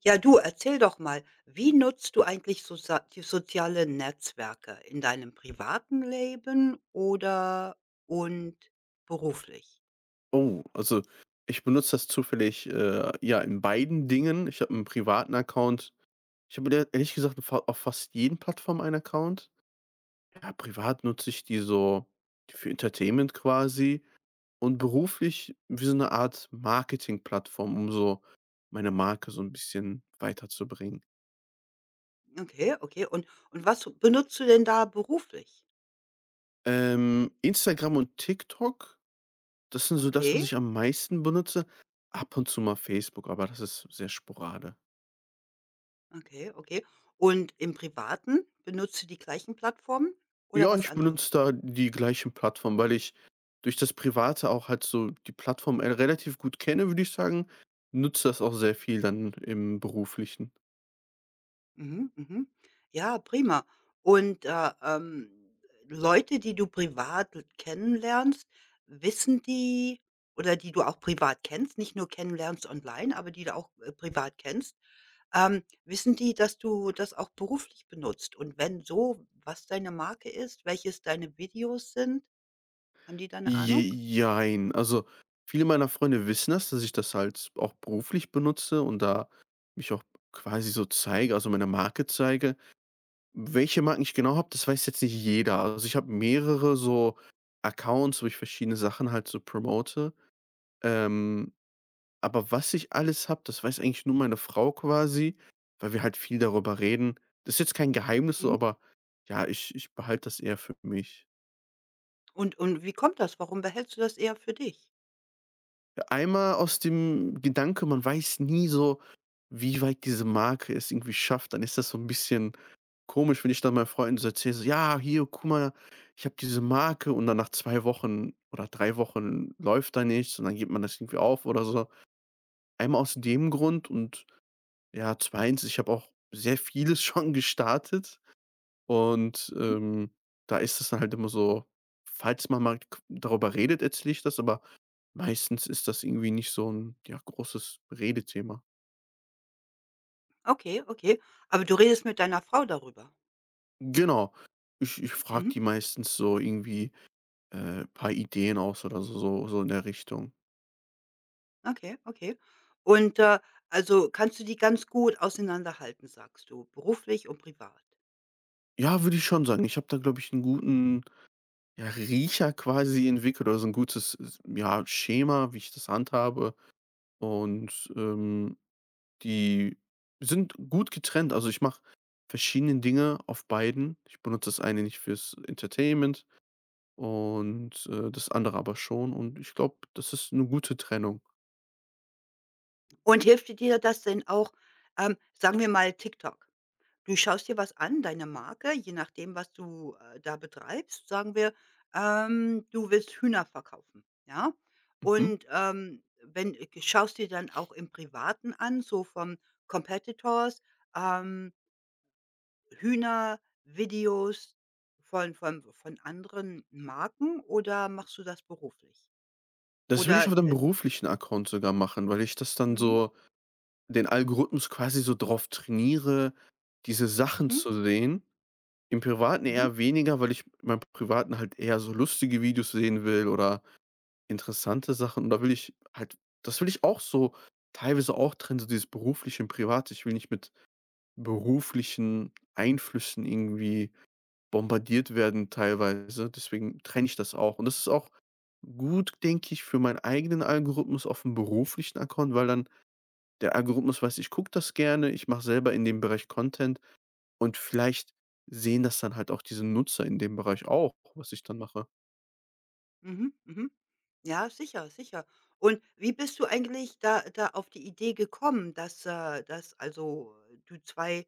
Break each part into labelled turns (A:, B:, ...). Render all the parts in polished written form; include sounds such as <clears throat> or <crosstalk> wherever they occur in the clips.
A: Ja, du, erzähl doch mal, wie nutzt du eigentlich soza die sozialen Netzwerke in deinem privaten Leben oder und beruflich?
B: Oh, also, ich benutze das zufällig, ja, in beiden Dingen. Ich habe einen privaten Account. Ich habe mir ehrlich gesagt fa auf fast jeden Plattformen einen Account. Ja, privat nutze ich die so für Entertainment quasi und beruflich wie so eine Art Marketingplattform, um so meine Marke so ein bisschen weiterzubringen.
A: Okay, okay. Und was benutzt du denn da beruflich?
B: Instagram und TikTok, das sind so das, was
A: Okay,
B: ich am meisten benutze. Ab und zu mal Facebook, aber das ist sehr sporadisch.
A: okay, okay. Und im Privaten benutzt du die gleichen Plattformen oder
B: Ja,
A: was
B: ich
A: anderes?
B: benutze da die gleichen Plattformen, weil ich durch das Private auch halt so die Plattform, relativ gut kenne, würde ich sagen, nutze das auch sehr viel dann im Beruflichen.
A: Mhm, mhm. Ja, prima. Und, Leute, die du privat l kennenlernst, wissen die oder die du auch privat kennst, nicht nur kennenlernst online, aber die du auch, privat kennst, wissen die, dass du das auch beruflich benutzt? Und wenn so, was deine Marke ist, welches deine Videos sind? Haben die da 'ne
B: Je
A: Ahnung?
B: Jein. Also, viele meiner Freunde wissen das, dass ich das halt auch beruflich benutze und da mich auch quasi so zeige, also meine Marke zeige. Welche Marken ich genau habe, das weiß jetzt nicht jeder. Also, ich habe mehrere so Accounts, wo ich verschiedene Sachen halt so promote. Ähm Aber was ich alles habe, das weiß eigentlich nur meine Frau quasi, weil wir halt viel darüber reden. Das ist jetzt kein Geheimnis so,
A: Mhm.
B: aber ja, ich behalte das eher für mich.
A: Und wie kommt das? Warum behältst du das eher für dich?
B: Einmal aus dem Gedanke, man weiß nie so, wie weit diese Marke es irgendwie schafft, dann ist das so ein bisschen komisch, wenn ich dann meinen Freunden so erzähle, so: „Ja, hier, guck mal, ich habe diese Marke“ und dann nach 2 Wochen oder 3 Wochen läuft da nichts und dann gibt man das irgendwie auf oder so. Einmal aus dem Grund und ja, zweitens ich habe auch sehr vieles <laughs> schon gestartet und,
A: Mhm.
B: da ist es dann halt immer so, falls man mal k darüber redet, erzähle ich das, aber meistens ist das irgendwie nicht so ein ja, großes Redethema.
A: Okay, okay. Aber du redest mit deiner Frau darüber?
B: Genau. Ich frage
A: Mhm.
B: die meistens so irgendwie, ein paar Ideen aus oder so in der Richtung.
A: Okay, okay. Und, also kannst du die ganz gut auseinanderhalten, sagst du, beruflich und privat.
B: Ja, würde ich schon sagen. Ich habe da, glaube ich, einen guten, ja, Riecher quasi entwickelt oder so 'n gutes, ja, Schema, wie ich das handhabe und, die sind gut getrennt. Also, ich mache verschiedene Dinge auf beiden. Ich benutze das eine nicht fürs Entertainment und, das andere aber schon und ich glaube, das ist eine gute Trennung.
A: Und hilft dir das denn auch, sagen wir mal TikTok? Du schaust dir was an, deine Marke, je nachdem, was du, da betreibst. Sagen wir, du willst Hühner verkaufen, ja?
B: Mhm.
A: Und, wenn schaust dir dann auch im Privaten an, so vom Competitors, ähm Hühnervideos von anderen Marken oder machst du das beruflich?
B: Das würde ich
A: Oder,
B: auf dem beruflichen Account sogar machen, weil ich das dann
A: mhm,
B: so den Algorithmus quasi so drauf trainiere, diese Sachen
A: mhm,
B: zu sehen. Im Privaten
A: mhm,
B: eher weniger, weil ich in Privaten halt eher so lustige Videos sehen will oder interessante Sachen und da will ich halt das will ich auch so teilweise auch trennen, so dieses Berufliche und Private. Ich will nicht mit beruflichen Einflüssen irgendwie bombardiert werden teilweise, deswegen trenne ich das auch. Und das ist auch gut, denke ich, für meinen eigenen Algorithmus auf dem beruflichen Account, weil dann der Algorithmus weiß, ich gucke das gerne, ich mache selber in dem Bereich Content und vielleicht sehen das dann halt auch diese Nutzer in dem Bereich auch, was ich dann mache.
A: mhm, mhm. Ja, sicher, sicher. Und wie bist du eigentlich da auf die Idee gekommen, dass du 2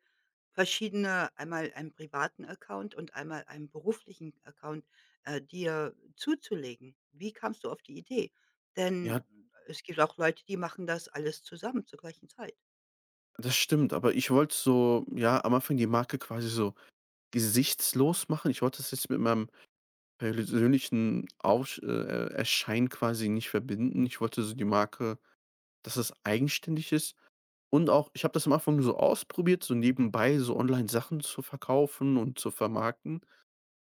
A: verschiedene einmal einen privaten Account und einmal einen beruflichen Account, dir zuzulegen? Wie kamst du auf die Idee? Denn
B: Ja,
A: es gibt auch Leute, die machen das alles zusammen zur gleichen Zeit.
B: das stimmt, aber ich wollte so, ja, am Anfang die Marke quasi so gesichtslos machen. Ich wollte das jetzt mit meinem persönlichen Aufsch Erscheinen quasi nicht verbinden. Ich wollte so die Marke, dass es eigenständig ist und auch ich habe das am Anfang so ausprobiert, so nebenbei so Online-Sachen zu verkaufen und zu vermarkten.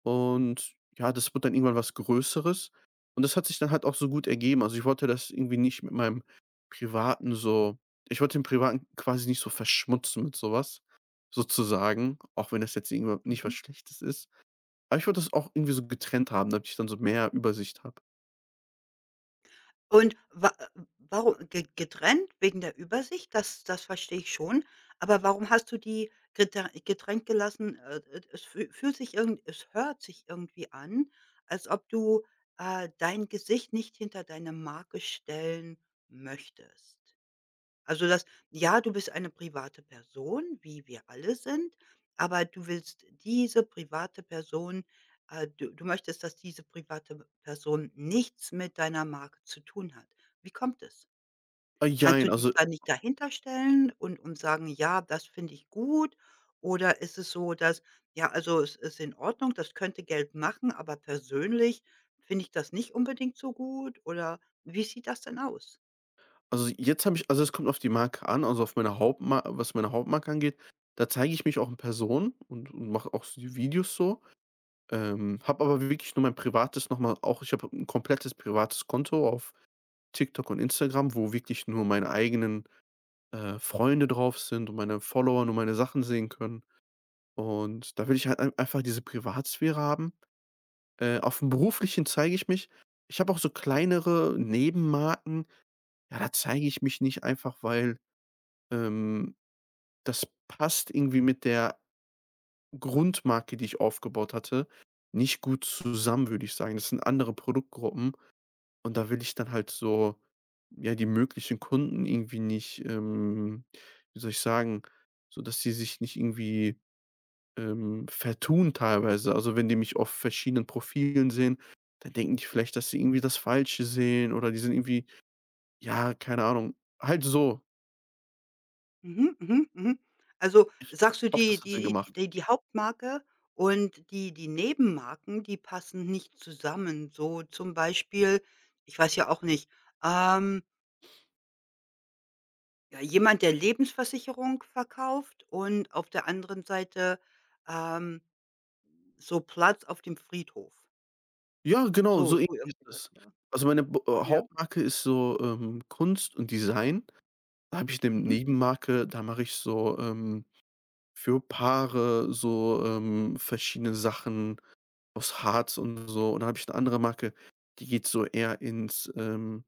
B: Und ja, das wurde dann irgendwann was Größeres. Und das hat sich dann halt auch so gut ergeben. Also, ich wollte das irgendwie nicht mit meinem Privaten so, ich wollte den Privaten quasi nicht so verschmutzen mit sowas sozusagen, auch wenn das jetzt irgendwie nicht
A: Mhm.
B: was Schlechtes ist. Aber ich wollte das auch irgendwie so getrennt haben, damit ich dann so mehr Übersicht habe.
A: Und wa ge Getrennt wegen der Übersicht, das verstehe ich schon, aber warum hast du die getrennt gelassen? Es fühlt sich irgend es hört sich irgendwie an, als ob du, dein Gesicht nicht hinter deine Marke stellen möchtest. Also das ja, du bist eine private Person, wie wir alle sind, aber du willst diese private Person .  Du möchtest, dass diese private Person nichts mit deiner Marke zu tun hat. Wie kommt es?
B: Ah,
A: Kannst
B: jein,
A: du dich da nicht dahinter stellen und sagen: „Ja, das finde ich gut“? Oder ist es so, dass: „Ja, also es ist in Ordnung, das könnte Geld machen, aber persönlich finde ich das nicht unbedingt so gut“? Oder wie sieht das denn aus?
B: jetzt habe ich, also, es kommt auf die Marke an, also, auf meine Hauptmar was meine Hauptmarke angeht, da zeige ich mich auch in Person und mache auch so die Videos so. Habe aber wirklich nur mein privates noch mal auch, ich habe 'n komplettes privates Konto auf TikTok und Instagram, wo wirklich nur meine eigenen, Freunde drauf sind und meine Follower nur meine Sachen sehen können. Und da will ich halt einfach diese Privatsphäre haben. Auf dem Beruflichen zeige ich mich. Ich habe auch so kleinere Nebenmarken. Ja, da zeige ich mich nicht einfach, weil, ähm, das passt irgendwie mit der Grundmarke, die ich aufgebaut hatte, nicht gut zusammen, würde ich sagen. Das sind andere Produktgruppen. Und da will ich dann halt so, ja, die möglichen Kunden irgendwie nicht, wie soll ich sagen, so dass sie sich nicht irgendwie, vertun teilweise. Also, wenn die mich auf verschiedenen Profilen sehen, dann denken die vielleicht, dass sie irgendwie das Falsche sehen oder die sind irgendwie ja, keine Ahnung, halt so.
A: Mhm, mhm, mhm. Also,
B: Ich
A: sagst du,
B: hoffe,
A: die
B: das hat Sinn
A: die die
B: gemacht.
A: die die Hauptmarke und die Nebenmarken, die passen nicht zusammen? So zum Beispiel, ich weiß ja auch nicht, ähm, ja, jemand, der Lebensversicherung verkauft und auf der anderen Seite, ähm, so Platz auf dem Friedhof.
B: Ja, genau,
A: So
B: so ähnlich
A: so irgendwie
B: ist es.
A: ja.
B: Also, meine b
A: Ja.
B: Hauptmarke ist so, Kunst und Design. Da habe ich eine
A: Mhm.
B: Nebenmarke, da mache ich so, für Paare so, verschiedene Sachen aus Harz und so. Und da habe ich eine andere Marke, die geht so eher ins,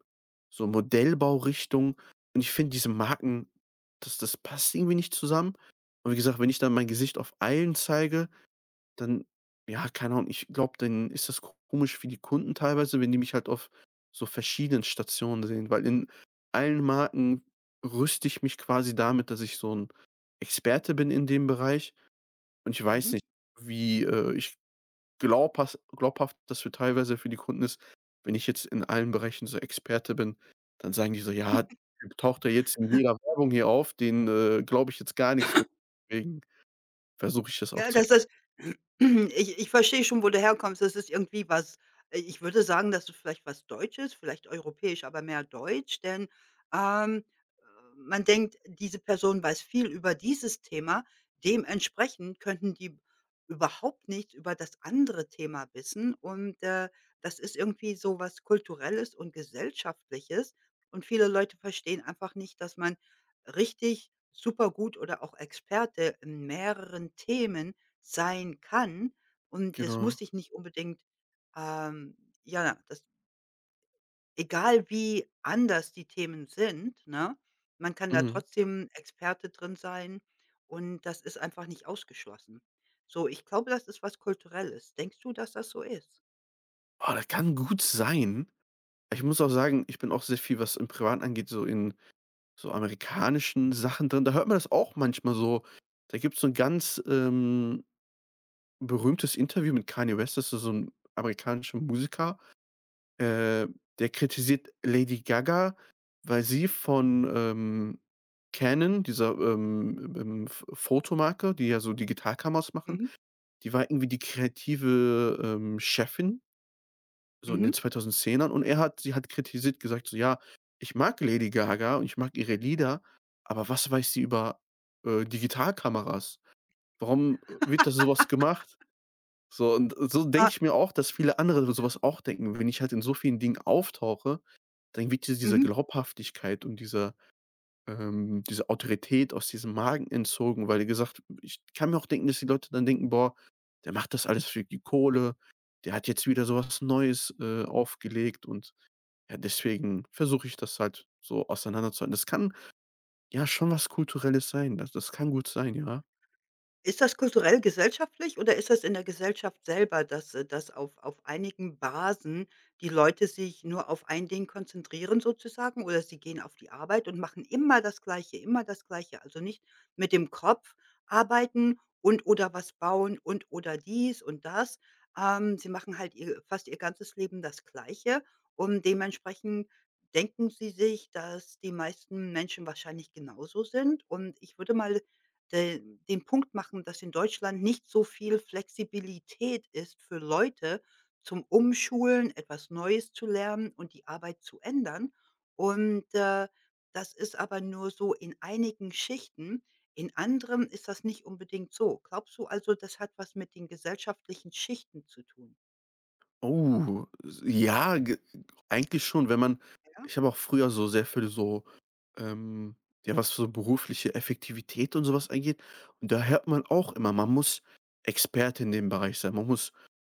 B: so Modellbaurichtung. Und ich finde diese Marken, das passt irgendwie nicht zusammen. Und wie gesagt, wenn ich dann mein Gesicht auf allen zeige, dann ja, keine Ahnung, ich glaube, dann ist das komisch für die Kunden teilweise, wenn die mich halt auf so verschiedenen Stationen sehen, weil in allen Marken rüste ich mich quasi damit, dass ich so ein Experte bin in dem Bereich. Und ich weiß
A: Mhm.
B: nicht, wie, ich glaubhas glaubhaft das für teilweise für die Kunden ist. Wenn ich jetzt in allen Bereichen so Experte bin, dann sagen die so: „Ja, der Typ taucht ja jetzt in jeder Werbung hier auf, den, glaube ich jetzt gar nichts mehr.“ Deswegen versuche ich das auch
A: Ja,
B: zu
A: das ist <clears throat> ich verstehe schon, wo du herkommst. Das ist irgendwie was ich würde sagen, dass es vielleicht was Deutsches, vielleicht europäisch, aber mehr deutsch, denn, ähm, äh, man denkt, diese Person weiß viel über dieses Thema. Dementsprechend könnten die überhaupt nichts über das andere Thema wissen und, das ist irgendwie so was Kulturelles und Gesellschaftliches und viele Leute verstehen einfach nicht, dass man richtig super gut oder auch Experte in mehreren Themen sein kann. Und das muss
B: genau.
A: dich nicht unbedingt, ähm, ja, das egal wie anders die Themen sind, ne? Man kann da
B: Mhm.
A: trotzdem Experte drin sein und das ist einfach nicht ausgeschlossen. So, ich glaube, das ist was Kulturelles. Denkst du, dass das so ist?
B: Ah, das kann gut sein. Ich muss auch sagen, ich bin auch sehr viel, was im Privaten angeht, so in so amerikanischen Sachen drin. Da hört man das auch manchmal so. Da gibt's so 'n ganz, berühmtes Interview mit Kanye West, das ist so ein amerikanischer Musiker, äh, der kritisiert Lady Gaga, weil sie von, Canon, dieser, F Fotomarke, die ja so Digitalkameras machen,
A: Mhm.
B: die war irgendwie die kreative, Chefin, so in
A: Mhm.
B: den 2010ern und er hat sie hat kritisiert, gesagt so: „Ja, ich mag Lady Gaga und ich mag ihre Lieder, aber was weiß sie über, Digitalkameras? Warum, wird das sowas gemacht?“ So, und so denke
A: Ah.
B: ich mir auch, dass viele andere
A: Ja.
B: sowas auch denken. Wenn ich halt in so vielen Dingen auftauche, dann wird dir diese
A: Mhm.
B: Glaubhaftigkeit und diese, diese Autorität aus diesem Magen entzogen, weil, wie gesagt, ich kann mir auch denken, dass die Leute dann denken: „Boah, der macht das alles für die Kohle. Der hat jetzt wieder sowas Neues, aufgelegt.“ Und ja, deswegen versuche ich das halt so auseinanderzuhalten. Das kann ja schon was Kulturelles sein. Das kann gut sein, ja.
A: Ist das kulturell gesellschaftlich oder ist das in der Gesellschaft selber, dass auf einigen Basen die Leute sich nur auf ein Ding konzentrieren sozusagen oder sie gehen auf die Arbeit und machen immer das Gleiche, also nicht mit dem Kopf arbeiten und oder was bauen und oder dies und das. Sie machen halt ihr fast ihr ganzes Leben das Gleiche und dementsprechend denken sie sich, dass die meisten Menschen wahrscheinlich genauso sind und ich würde mal de den Punkt machen, dass in Deutschland nicht so viel Flexibilität ist für Leute zum Umschulen, etwas Neues zu lernen und die Arbeit zu ändern. Und, das ist aber nur so in einigen Schichten. In anderen ist das nicht unbedingt so. Glaubst du also, das hat was mit den gesellschaftlichen Schichten zu tun?
B: Oh, s ja, ge eigentlich schon, wenn man
A: Ja?
B: ich habe auch früher so sehr viel so, ähm ja, was so berufliche Effektivität und sowas angeht und da hört man auch immer, man muss Experte in dem Bereich sein. Man muss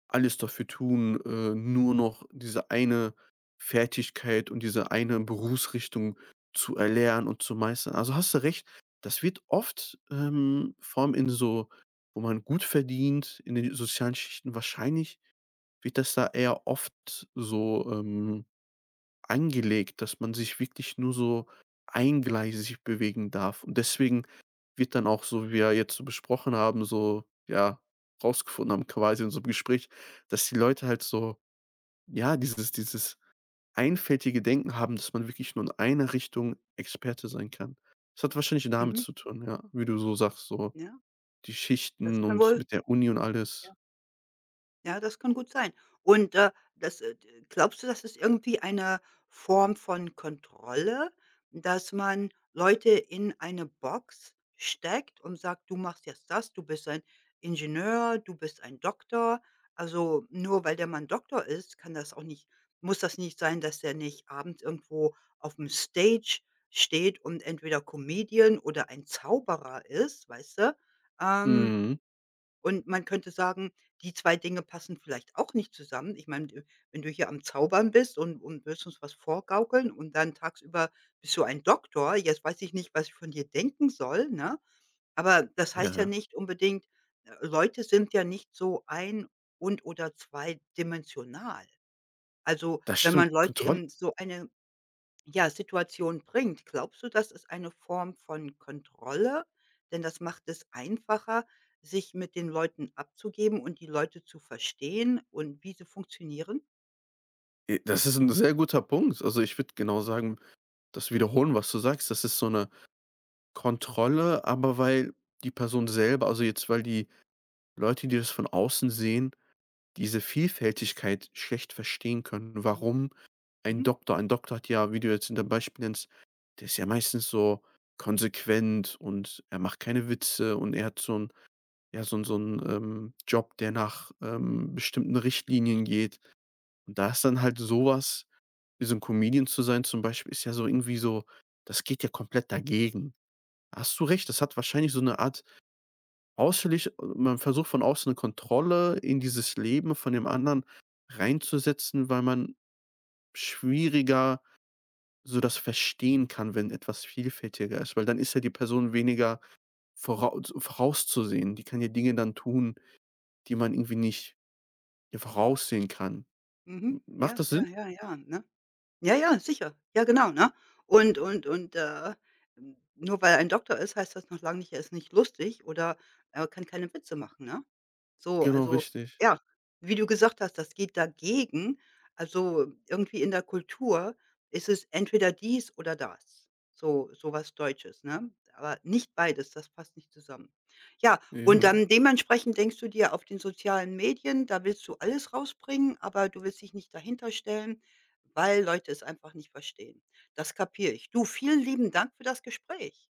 B: alles dafür tun, nur noch diese eine Fertigkeit und diese eine Berufsrichtung zu erlernen und zu meistern. Also, hast du recht, das wird oft, vor allem in so, wo man gut verdient, in den sozialen Schichten wahrscheinlich wird das da eher oft so, angelegt, dass man sich wirklich nur so eingleisig bewegen darf. Und deswegen wird dann auch so, wie wir jetzt so besprochen haben, so, ja, rausgefunden haben quasi in so einem Gespräch, dass die Leute halt so, ja, dieses einfältige Denken haben, dass man wirklich nur in einer Richtung Experte sein kann. Das hat wahrscheinlich damit
A: Mhm.
B: zu tun, ja, wie du so sagst, so
A: Ja,
B: die
A: das
B: Schichten
A: kann wohl
B: und
A: ja.
B: mit der Uni und alles.
A: Ja, das kann gut sein. Und, das, d glaubst du, das ist irgendwie eine Form von Kontrolle, dass man Leute in eine Box steckt und sagt: „Du machst jetzt das, du bist ein Ingenieur, du bist ein Doktor.“ Also, nur weil der Mann Doktor ist, kann das auch nicht muss das nicht sein, dass der nicht abends irgendwo auf dem Stage steht und entweder Comedian oder ein Zauberer ist, weißt du? Ähm,
B: Mhm.
A: und man könnte sagen, die 2 Dinge passen vielleicht auch nicht zusammen. Ich meine, d wenn du hier am Zaubern bist und willst uns was vorgaukeln und dann tagsüber bist du ein Doktor, jetzt weiß ich nicht, was ich von dir denken soll, ne? Aber das heißt ja
B: Ja,
A: nicht unbedingt Leute sind ja nicht so ein und oder zweidimensional. Also,
B: das
A: wenn man
B: stimmt.
A: Leute
B: Kontrolle.
A: in so eine ja, Situation bringt. Glaubst du, das ist eine Form von Kontrolle? Denn das macht es einfacher, sich mit den Leuten abzugeben und die Leute zu verstehen und wie sie funktionieren?
B: Das ist ein sehr guter Punkt. Also, ich würde genau sagen, das wiederholen, was du sagst, das ist so eine Kontrolle, aber weil die Person selber, also, jetzt weil die Leute, die das von außen sehen, diese Vielfältigkeit schlecht verstehen können,
A: Mhm.
B: warum, ein
A: Mhm.
B: Doktor, hat, ja, wie du jetzt in dem Beispiel nennst, der ist ja meistens so konsequent und er macht keine Witze und er hat so 'n ja, so 'n Job, der nach, bestimmten Richtlinien geht. Und da ist dann halt sowas wie so 'n Comedian zu sein zum Beispiel ist ja so irgendwie so, das geht ja komplett dagegen. Hast du recht, das hat wahrscheinlich so 'ne Art ausschlich man versucht von außen 'ne Kontrolle in dieses Leben von dem anderen reinzusetzen, weil man schwieriger so das verstehen kann, wenn etwas vielfältiger ist, weil dann ist ja die Person weniger vorauszusehen. Die kann ja Dinge dann tun, die man irgendwie nicht, ja, voraussehen kann.
A: Mhm.
B: M Macht
A: Ja,
B: das
A: ja,
B: Sinn?
A: ja, ja, ne? Ja, ja, sicher. Ja, genau, ne? Und und und, äh, Nur weil er ein Doktor ist, heißt das noch lange nicht, er ist nicht lustig oder er kann keine Witze machen, ne? So,
B: Genau,
A: also
B: richtig.
A: ja, wie du gesagt hast, das geht dagegen. Also, irgendwie in der Kultur ist es entweder dies oder das. So so was Deutsches, ne? Aber nicht beides, das passt nicht zusammen. Ja, und
B: Ja.
A: dann dementsprechend denkst du dir auf den sozialen Medien, da willst du alles rausbringen, aber du willst dich nicht dahinter stellen, weil Leute es einfach nicht verstehen. Das kapiere ich. Du, vielen lieben Dank für das Gespräch.